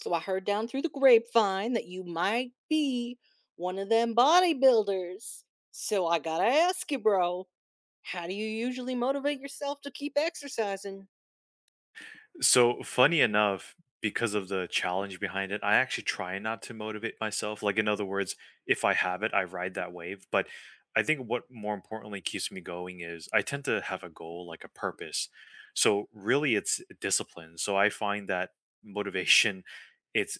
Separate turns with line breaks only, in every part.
So I heard down through the grapevine that you might be one of them bodybuilders. So I gotta ask you, bro, how do you usually motivate yourself to keep exercising?
So funny enough, because of the challenge behind it, I actually try not to motivate myself. Like in other words, if I have it, I ride that wave. But I think what more importantly keeps me going is I tend to have a goal, like a purpose. So really it's discipline. So I find that motivation it's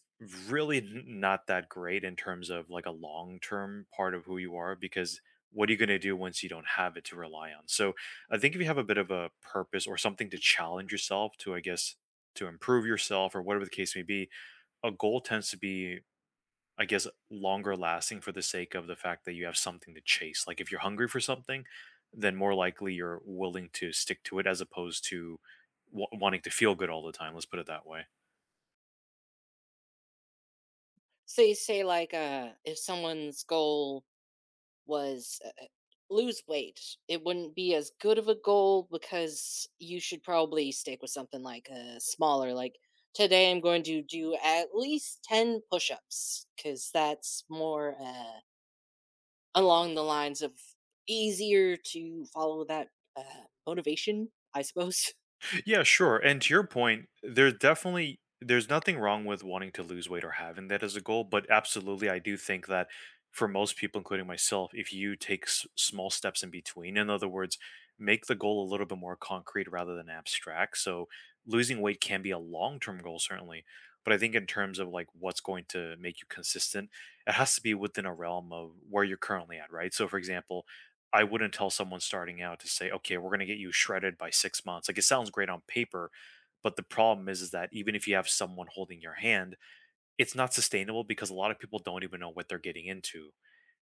really not that great in terms of like a long-term part of who you are. Because what are you going to do once you don't have it to rely on? So I think if you have a bit of a purpose or something to challenge yourself to, I guess, to improve yourself or whatever the case may be, a goal tends to be, I guess, longer lasting for the sake of the fact that you have something to chase. Like if you're hungry for something, then more likely you're willing to stick to it as opposed to wanting to feel good all the time. Let's put it that way.
So you say, like, if someone's goal was lose weight, it wouldn't be as good of a goal because you should probably stick with something like smaller. Like today, I'm going to do at least ten push-ups because that's more. Along the lines of easier to follow that, motivation, I suppose.
Yeah, sure. And to your point, there's definitely there's nothing wrong with wanting to lose weight or having that as a goal, but absolutely I do think that for most people including myself, if you take small steps in between. In other words, make the goal a little bit more concrete rather than abstract. So losing weight can be a long-term goal certainly, but I think in terms of like what's going to make you consistent, it has to be within a realm of where you're currently at, right? So for example, I wouldn't tell someone starting out to say, "Okay, we're going to get you shredded by 6 months." Like, it sounds great on paper, but the problem is that even if you have someone holding your hand, it's not sustainable because a lot of people don't even know what they're getting into.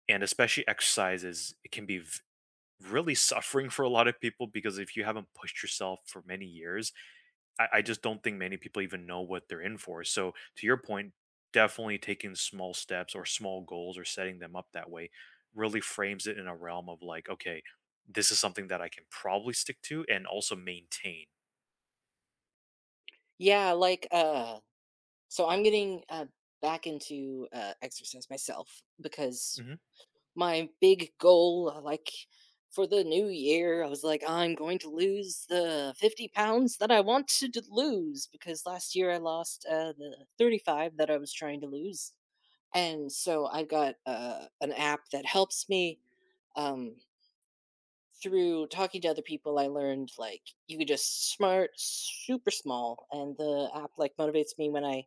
And especially exercises, it can be v really suffering for a lot of people because if you haven't pushed yourself for many years, I just don't think many people even know what they're in for. So to your point, definitely taking small steps or small goals or setting them up that way really frames it in a realm of like, okay, this is something that I can probably stick to and also maintain.
Yeah, like, so I'm getting, back into, exercise myself because
hmm
my big goal, for the new year, I was like, "I'm going to lose the 50 pounds that I wanted to lose," because last year I lost, the 35 that I was trying to lose, and so I've got, an app that helps me, um through talking to other people, I learned like you could just smart, super small, and the app like motivates me when I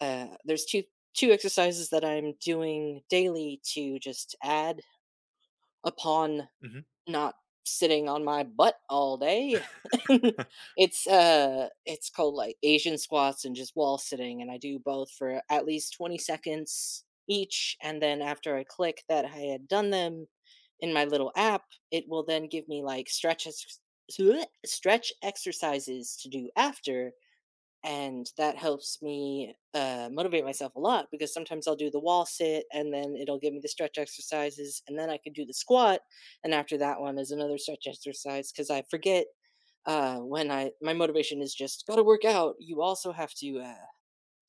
there's two exercises that I'm doing daily to just add upon
hmm
not sitting on my butt all day. It's called, like, Asian squats and just wall sitting, and I do both for at least 20 seconds each, and then after I click that I had done them in my little app, it will then give me, like, stretch ex stretch exercises to do after, and that helps me motivate myself a lot because sometimes I'll do the wall sit and then it'll give me the stretch exercises and then I can do the squat and after that one is another stretch exercise because I forget when I my motivation is just gotta work out. You also have to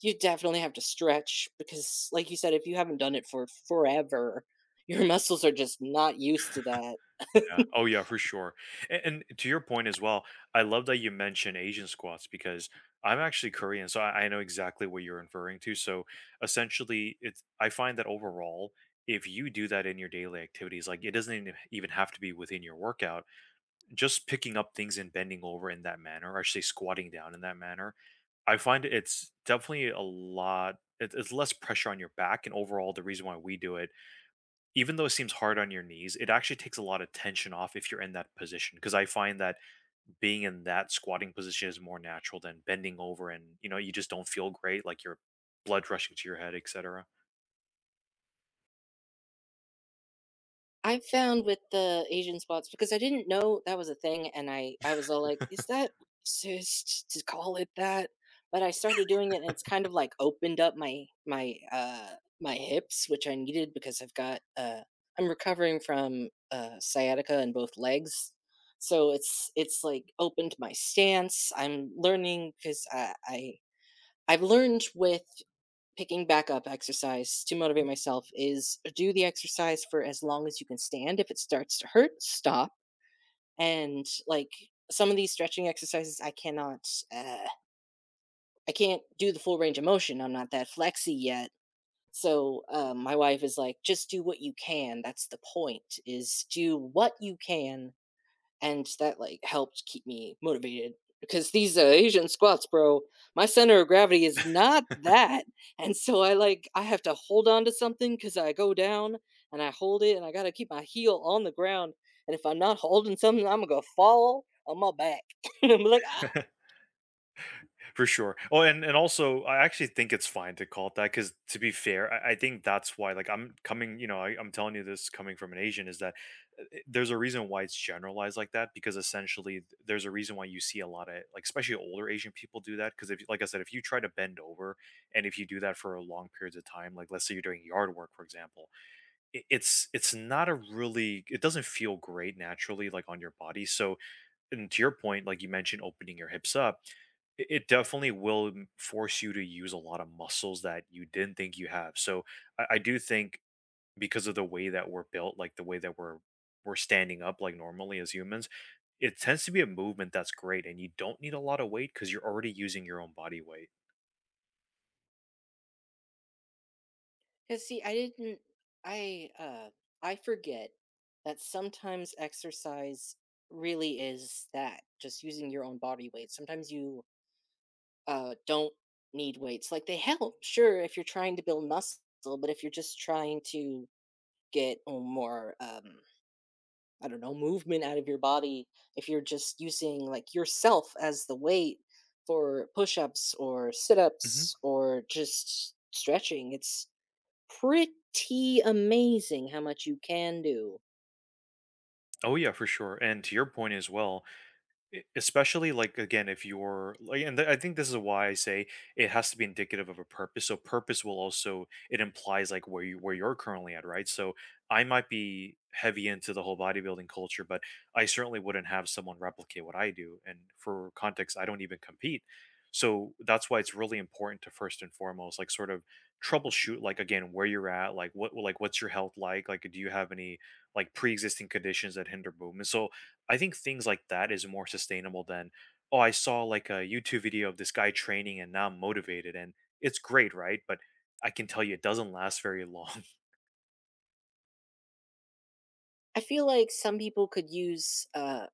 you definitely have to stretch because like you said if you haven't done it for forever your muscles are just not used to that.
Yeah. Oh, yeah, for sure. And to your point as well, I love that you mentioned Asian squats because I'm actually Korean, so I know exactly what you're inferring to. So essentially, it's I find that overall, if you do that in your daily activities, like it doesn't even have to be within your workout, just picking up things and bending over in that manner, or actually squatting down in that manner, I find it's definitely a lot. It's less pressure on your back, and overall, the reason why we do it even though it seems hard on your knees, it actually takes a lot of tension off if you're in that position. Because I find that being in that squatting position is more natural than bending over, and you know, you just don't feel great, like your blood rushing to your head, et cetera.
I've found with the Asian spots because I didn't know that was a thing, and I was all like, "Is that racist to call it that?" But I started doing it, and it's kind of like opened up my hips, which I needed because I've got I'm recovering from sciatica in both legs, so it's like opened my stance. I'm learning because I've learned with picking back up exercise to motivate myself is do the exercise for as long as you can stand. If it starts to hurt, stop. And like some of these stretching exercises, I cannot, uh, I can't do the full range of motion. I'm not that flexy yet. So my wife is like, just do what you can. That's the point. Is do what you can and that like helped keep me motivated because these Asian squats, bro, my center of gravity is not that, and so I like I have to hold on to something because I go down and I hold it, and I gotta keep my heel on the ground, and if I'm not holding something, I'm gonna fall on my back, and I'm like, ah,
For sure. Oh, and also, I actually think it's fine to call it that because, to be fair, I think that's why. Like, I'm coming, you know, I'm telling you this coming from an Asian. Is that there's a reason why it's generalized like that because essentially there's a reason why you see a lot of like, especially older Asian people do that because if, like I said, if you try to bend over and if you do that for long periods of time, like let's say you're doing yard work, for example, it's not a really, it doesn't feel great naturally, like on your body. So and to your point, like you mentioned, opening your hips up, it definitely will force you to use a lot of muscles that you didn't think you have. So I do think because of the way that we're built, like the way that we're standing up like normally as humans, it tends to be a movement that's great, and you don't need a lot of weight because you're already using your own body weight.
because see, I didn't, I uh, I forget that sometimes exercise really is that just using your own body weight. Sometimes you don't need weights. Like they help, sure, if you're trying to build muscle, but if you're just trying to get a more, I don't know, movement out of your body, if you're just using like yourself as the weight for push ups or sit
hmm
ups or just stretching, it's pretty amazing how much you can do.
Oh yeah, for sure. And to your point as well, E especially, like, again, if you're like and I think this is why I say it has to be indicative of a purpose. So purpose will also it implies, like, where you're currently at, right? So I might be heavy into the whole bodybuilding culture, but I certainly wouldn't have someone replicate what I do, and for context, I don't even compete. So that's why it's really important to first and foremost, like, sort of troubleshoot, like, again, where you're at, like, what's your health like? Like, do you have any, like, pre-existing conditions that hinder movement? So I think things like that is more sustainable than, oh, I saw like a YouTube video of this guy training and now I'm motivated and it's great, right? But I can tell you it doesn't last very long.
I feel like some people could use,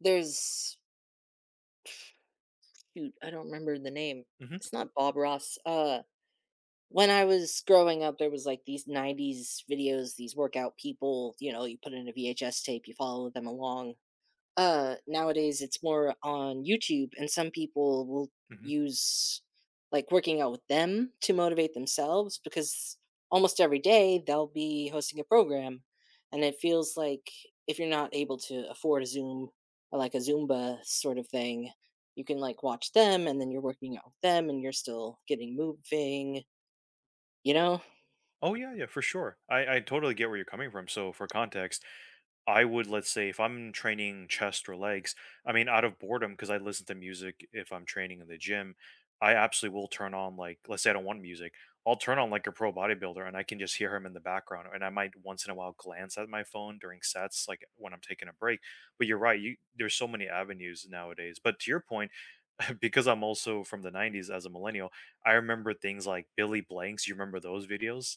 there's, shoot, I don't remember the name.
hmm
It's not Bob Ross. When I was growing up, there was, like, these '90s videos, these workout people, you know, you put in a VHS tape, you follow them along. Nowadays, it's more on YouTube, and some people will
hmm
use, like, working out with them to motivate themselves because almost every day, they'll be hosting a program, and it feels like if you're not able to afford a Zoom or, like, a Zumba sort of thing, you can, like, watch them, and then you're working out with them, and you're still getting moving, you know?
Oh yeah, yeah, for sure. I totally get where you're coming from. So for context, I would, let's say, if I'm training chest or legs, I mean, out of boredom, because I listen to music if I'm training in the gym, I absolutely will turn on, like, let's say I don't want music, I'll turn on like a pro bodybuilder and I can just hear him in the background. And I might once in a while glance at my phone during sets, like when I'm taking a break. But you're right, you, there's so many avenues nowadays. But to your point, because I'm also from the 90s as a millennial, I remember things like Billy Blanks. You remember those videos?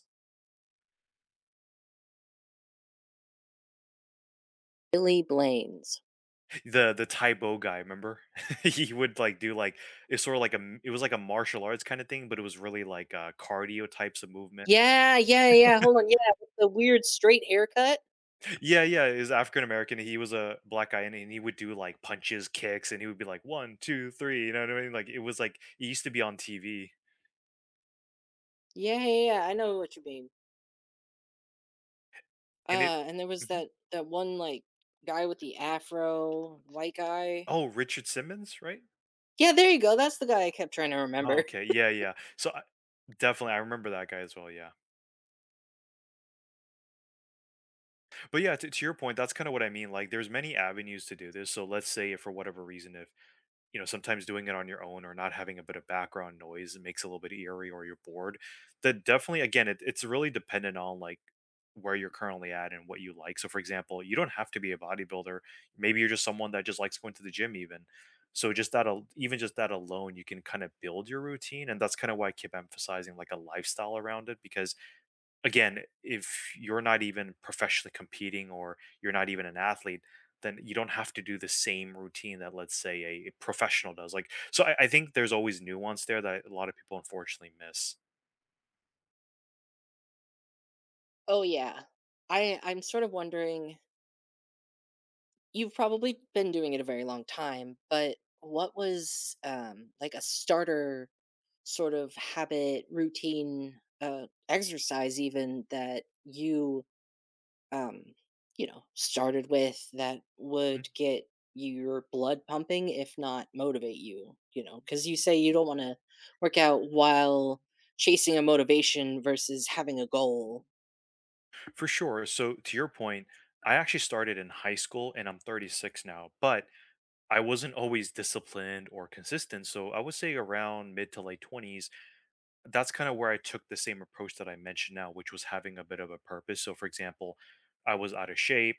Billy Blaines.
The Tai Bo guy, remember? He would, like, do, like it's sort of like a m it was like a martial arts kinda thing, but it was really like, cardio types of movement.
Yeah, yeah, yeah, hold on, yeah, with the weird straight haircut?
Yeah, yeah, is African American, he was a black guy, and he would do, like, punches, kicks, and he would be like, 1 2 3, you know what I mean? Like, it was like it used to be on TV,
Yeah, yeah, yeah, I know what you mean.
and it.
And there was
Mhm.
that one, like, guy with the afro, white guy.
Oh, Richard Simmons, right?
Yeah, there you go, that's the guy I kept trying to
Oh,
remember.
okay, yeah, yeah. So, I definitely, I remember that guy as well, yeah. But yeah, to your point, that's kinda what I mean, like, there's many avenues to do this, so let's say if for whatever reason, if you know, sometimes doing it on your own or not having a bit of background noise, it makes it a little bit eerie or you're bored. That definitely, again, it's really dependent on like where you're currently at and what you like. So, for example, you don't have to be a bodybuilder. Maybe you're just someone that just likes going to the gym, even. So, just that, even just that alone, you can kind of build your routine. And that's kind of why I keep emphasizing like a lifestyle around it because again, if you're not even professionally competing or you're not even an athlete, then you don't have to do the same routine that, let's say, a professional does. Like, so I think there's always nuance there that a lot of people unfortunately miss.
Oh, yeah. I I'm sort of wondering you've probably been doing it a very long time, but what was, like, a starter sort of habit, routine, exercise even that you um, you know, started with that
Mhm.
would get your blood pumping, if not motivate you, you know, because you say you don't want to work out while chasing a motivation versus having a goal.
For sure. So to your point, I actually started in high school and I'm 36 now, but I wasn't always disciplined or consistent. So I would say around mid to late 20s, that's kind of where I took the same approach that I mentioned now, which was having a bit of a purpose. So, for example, I was out of shape.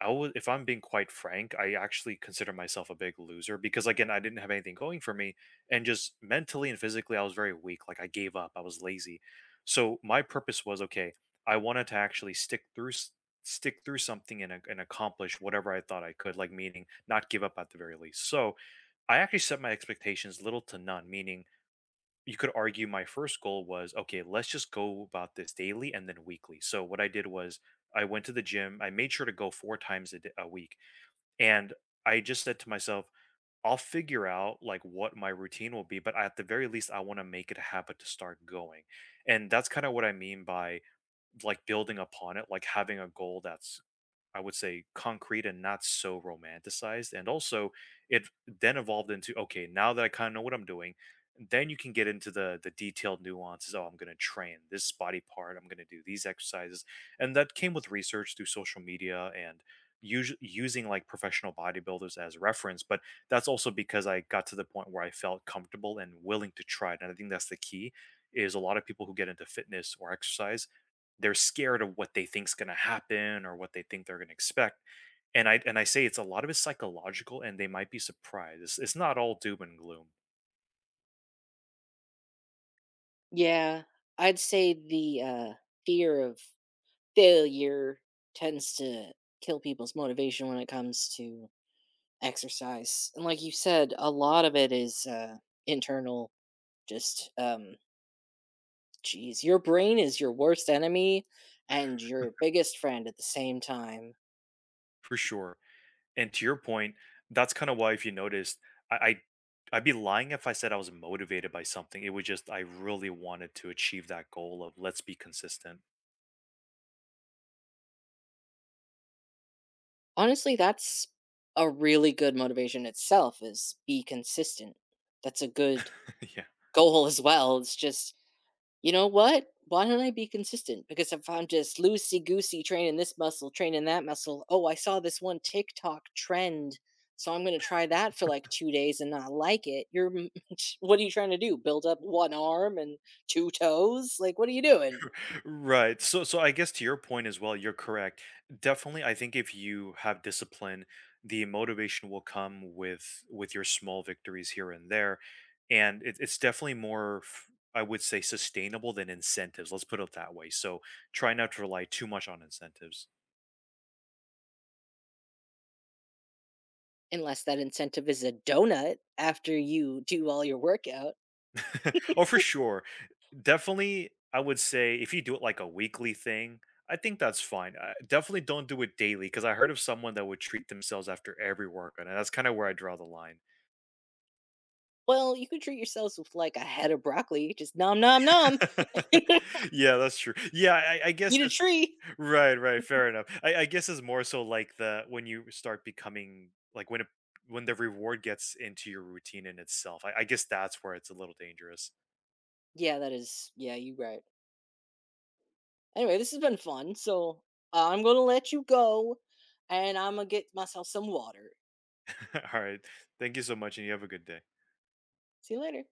I was, if I'm being quite frank, I actually consider myself a big loser because, again, I didn't have anything going for me. And just mentally and physically, I was very weak. Like, I gave up, I was lazy. So, my purpose was okay, I wanted to actually stick through something and and accomplish whatever I thought I could, like meaning not give up at the very least. So I actually set my expectations little to none, meaning you could argue my first goal was okay, let's just go about this daily and then weekly. So what I did was I went to the gym, I made sure to go four times a week. And I just said to myself I'll figure out like what my routine will be, but at the very least I want to make it a habit to start going. And that's kind of what I mean by like building upon it, like having a goal that's, I would say, concrete and not so romanticized. And also it then evolved into okay, now that I kind of know what I'm doing, then you can get into the detailed nuances. Oh, I'm gonna train this body part, I'm gonna do these exercises. And that came with research through social media and using like professional bodybuilders as reference, but that's also because I got to the point where I felt comfortable and willing to try it. And I think that's the key, is a lot of people who get into fitness or exercise, they're scared of what they think's going to happen or what they think they're going to expect. And I say it's a lot of it's psychological, and they might be surprised. It's not all doom and gloom
Yeah, I'd say the fear of failure tends to kill people's motivation when it comes to exercise. And like you said, a lot of it is internal, just jeez, your brain is your worst enemy and your biggest friend at the same time.
for sure. And to your point, that's kind of why if you noticed, I, I I'd be lying if I said I was motivated by something. It was just I really wanted to achieve that goal of let's be consistent.
Honestly, that's a really good motivation itself is be consistent. That's a good
yeah.
goal as well. It's just, you know what? Why don't I be consistent? Because if I'm just loosey goosey training this muscle, training that muscle, oh, I saw this one TikTok trend. So I'm going to try that for like 2 days and not like it. You're, what are you trying to do? Build up one arm and two toes? Like, what are you doing?
Right. So so I guess to your point as well, you're correct. Definitely, I think if you have discipline, the motivation will come with your small victories here and there, and it's definitely more. I would say sustainable than incentives. Let's put it that way. So try not to rely too much on incentives.
Unless that incentive is a donut after you do all your workout.
oh, for sure. Definitely, I would say if you do it like a weekly thing, I think that's fine. Definitely don't do it daily because I heard of someone that would treat themselves after every workout, and that's kind of where I draw the line.
Well, you can treat yourselves with like a head of broccoli, just nom nom nom. Eat
Yeah, that's true. Yeah, I guess
a
it's
tree.
right, right, fair enough. I guess it's more so like the when you start becoming like when the reward gets into your routine in itself. I guess that's where it's a little dangerous.
Yeah, that is yeah, you right. Anyway, this has been fun, so I'm gonna let you go and I'm gonna get myself some water.
All right. Thank you so much, and you have a good day.
See you later.